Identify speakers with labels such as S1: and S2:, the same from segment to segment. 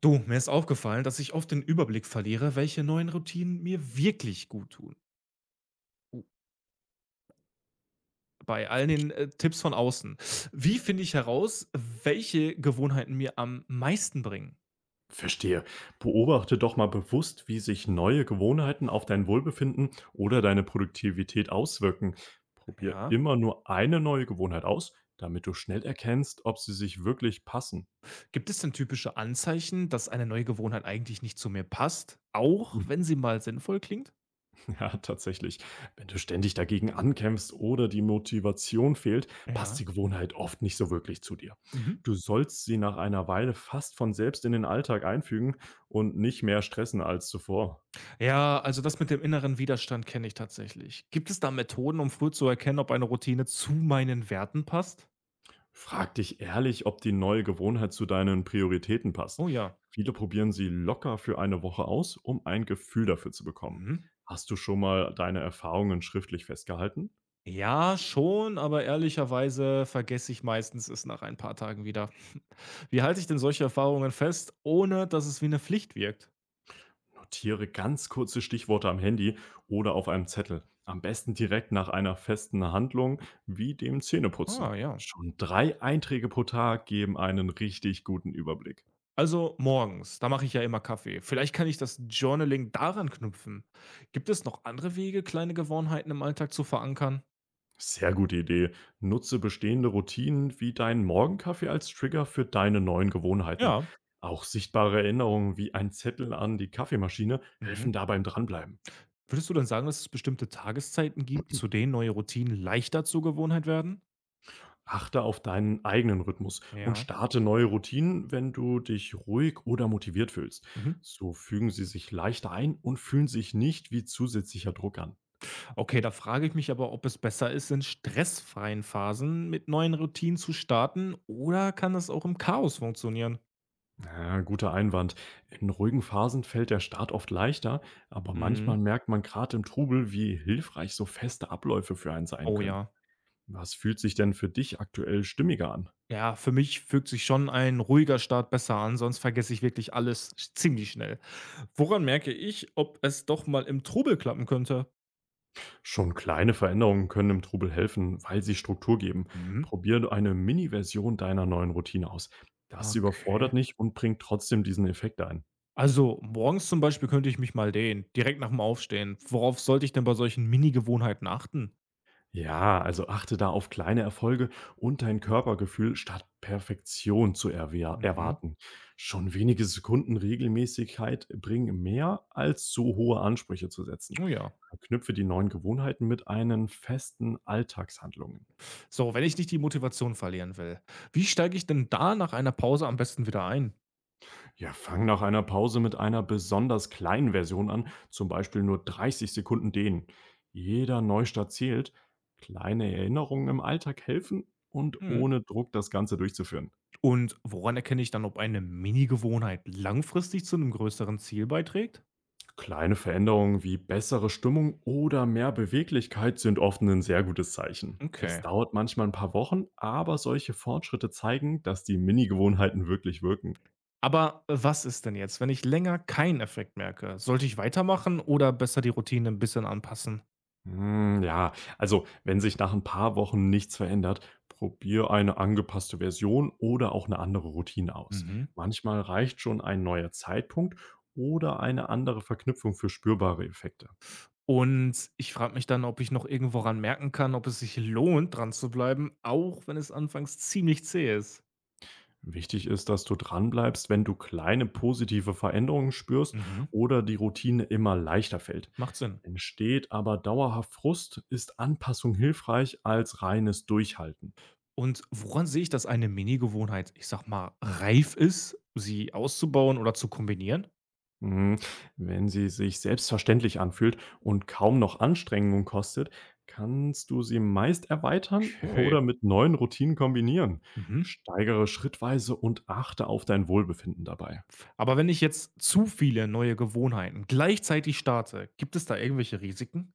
S1: Du, mir ist aufgefallen, dass ich oft den Überblick verliere, welche neuen Routinen mir wirklich gut tun. Uh, Bei all den Tipps von außen. Wie finde ich heraus, welche Gewohnheiten mir am meisten bringen?
S2: Verstehe. Beobachte doch mal bewusst, wie sich neue Gewohnheiten auf dein Wohlbefinden oder deine Produktivität auswirken. Probier
S1: Ja.
S2: immer nur eine neue Gewohnheit aus, damit du schnell erkennst, ob sie sich wirklich passen.
S1: Gibt es denn typische Anzeichen, dass eine neue Gewohnheit eigentlich nicht zu mir passt? Auch wenn sie mal sinnvoll klingt?
S2: Ja, tatsächlich. Wenn du ständig dagegen ankämpfst oder die Motivation fehlt, passt
S1: Ja.
S2: die Gewohnheit oft nicht so wirklich zu dir.
S1: Mhm.
S2: Du sollst sie nach einer Weile fast von selbst in den Alltag einfügen und nicht mehr stressen als zuvor.
S1: Ja, also das mit dem inneren Widerstand kenne ich tatsächlich. Gibt es da Methoden, um früh zu erkennen, ob eine Routine zu meinen Werten passt?
S2: Frag dich ehrlich, ob die neue Gewohnheit zu deinen Prioritäten passt.
S1: Oh ja.
S2: Viele probieren sie locker für eine Woche aus, um ein Gefühl dafür zu bekommen.
S1: Mhm.
S2: Hast du schon mal deine Erfahrungen schriftlich festgehalten?
S1: Ja, schon, aber ehrlicherweise vergesse ich meistens es nach ein paar Tagen wieder. Wie halte ich denn solche Erfahrungen fest, ohne dass es wie eine Pflicht wirkt?
S2: Notiere ganz kurze Stichworte am Handy oder auf einem Zettel. Am besten direkt nach einer festen Handlung wie dem Zähneputzen.
S1: Ah, ja.
S2: Schon drei Einträge pro Tag geben einen richtig guten Überblick.
S1: Also morgens, da mache ich ja immer Kaffee. Vielleicht kann ich das Journaling daran knüpfen. Gibt es noch andere Wege, kleine Gewohnheiten im Alltag zu verankern?
S2: Sehr gute Idee. Nutze bestehende Routinen wie deinen Morgenkaffee als Trigger für deine neuen Gewohnheiten.
S1: Ja.
S2: Auch sichtbare Erinnerungen wie ein Zettel an die Kaffeemaschine
S1: Mhm.
S2: helfen da beim Dranbleiben.
S1: Würdest du denn sagen, dass es bestimmte Tageszeiten gibt, zu denen neue Routinen leichter zur Gewohnheit werden?
S2: Achte auf deinen eigenen Rhythmus und
S1: Ja.
S2: starte neue Routinen, wenn du dich ruhig oder motiviert fühlst.
S1: Mhm.
S2: So fügen sie sich leichter ein und fühlen sich nicht wie zusätzlicher Druck an.
S1: Okay, da frage ich mich aber, ob es besser ist, in stressfreien Phasen mit neuen Routinen zu starten oder kann das auch im Chaos funktionieren?
S2: Ja, guter Einwand. In ruhigen Phasen fällt der Start oft leichter, aber
S1: Mhm.
S2: manchmal merkt man gerade im Trubel, wie hilfreich so feste Abläufe für einen sein
S1: Oh
S2: können.
S1: ja.
S2: Was fühlt sich denn für dich aktuell stimmiger an?
S1: Ja, für mich fügt sich schon ein ruhiger Start besser an, sonst vergesse ich wirklich alles ziemlich schnell. Woran merke ich, ob es doch mal im Trubel klappen könnte?
S2: Schon kleine Veränderungen können im Trubel helfen, weil sie Struktur geben.
S1: Mhm.
S2: Probier eine Mini-Version deiner neuen Routine aus. Das
S1: Okay.
S2: überfordert nicht und bringt trotzdem diesen Effekt ein.
S1: Also morgens zum Beispiel könnte ich mich mal dehnen, direkt nach dem Aufstehen. Worauf sollte ich denn bei solchen Mini-Gewohnheiten achten?
S2: Ja, also achte da auf kleine Erfolge und dein Körpergefühl, statt Perfektion zu
S1: Mhm.
S2: erwarten. Schon wenige Sekunden Regelmäßigkeit bringen mehr als zu hohe Ansprüche zu setzen.
S1: Oh ja.
S2: Knüpfe die neuen Gewohnheiten mit einen festen Alltagshandlungen.
S1: So, wenn ich nicht die Motivation verlieren will, wie steige ich denn da nach einer Pause am besten wieder ein?
S2: Ja, fang nach einer Pause mit einer besonders kleinen Version an, zum Beispiel nur 30 Sekunden dehnen. Jeder Neustart zählt. Kleine Erinnerungen im Alltag helfen und
S1: Mhm.
S2: ohne Druck das Ganze durchzuführen.
S1: Und woran erkenne ich dann, ob eine Mini-Gewohnheit langfristig zu einem größeren Ziel beiträgt?
S2: Kleine Veränderungen wie bessere Stimmung oder mehr Beweglichkeit sind oft ein sehr gutes Zeichen. Es
S1: Okay.
S2: dauert manchmal ein paar Wochen, aber solche Fortschritte zeigen, dass die Mini-Gewohnheiten wirklich wirken.
S1: Aber was ist denn jetzt, wenn ich länger keinen Effekt merke? Sollte ich weitermachen oder besser die Routine ein bisschen anpassen?
S2: Hm, ja, also wenn sich nach ein paar Wochen nichts verändert, probier eine angepasste Version oder auch eine andere Routine aus.
S1: Mhm.
S2: Manchmal reicht schon ein neuer Zeitpunkt oder eine andere Verknüpfung für spürbare Effekte.
S1: Und ich frage mich dann, ob ich noch irgendworan merken kann, ob es sich lohnt, dran zu bleiben, auch wenn es anfangs ziemlich zäh ist.
S2: Wichtig ist, dass du dranbleibst, wenn du kleine positive Veränderungen spürst
S1: Mhm.
S2: oder die Routine immer leichter fällt.
S1: Macht Sinn.
S2: Entsteht aber dauerhaft Frust, ist Anpassung hilfreich als reines Durchhalten.
S1: Und woran sehe ich, dass eine Mini-Gewohnheit, ich sag mal, reif ist, sie auszubauen oder zu kombinieren?
S2: Mhm. Wenn sie sich selbstverständlich anfühlt und kaum noch Anstrengung kostet, kannst du sie meist erweitern
S1: Okay.
S2: oder mit neuen Routinen kombinieren.
S1: Mhm.
S2: Steigere schrittweise und achte auf dein Wohlbefinden dabei.
S1: Aber wenn ich jetzt zu viele neue Gewohnheiten gleichzeitig starte, gibt es da irgendwelche Risiken?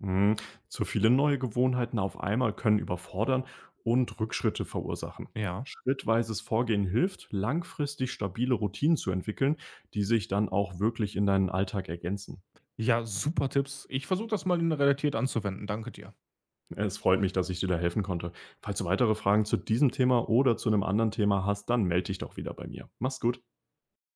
S2: Mhm. Zu viele neue Gewohnheiten auf einmal können überfordern und Rückschritte verursachen.
S1: Ja.
S2: Schrittweises Vorgehen hilft, langfristig stabile Routinen zu entwickeln, die sich dann auch wirklich in deinen Alltag ergänzen.
S1: Ja, super Tipps. Ich versuche das mal relatiert anzuwenden. Danke dir.
S2: Es freut mich, dass ich dir da helfen konnte. Falls du weitere Fragen zu diesem Thema oder zu einem anderen Thema hast, dann melde dich doch wieder bei mir. Mach's gut.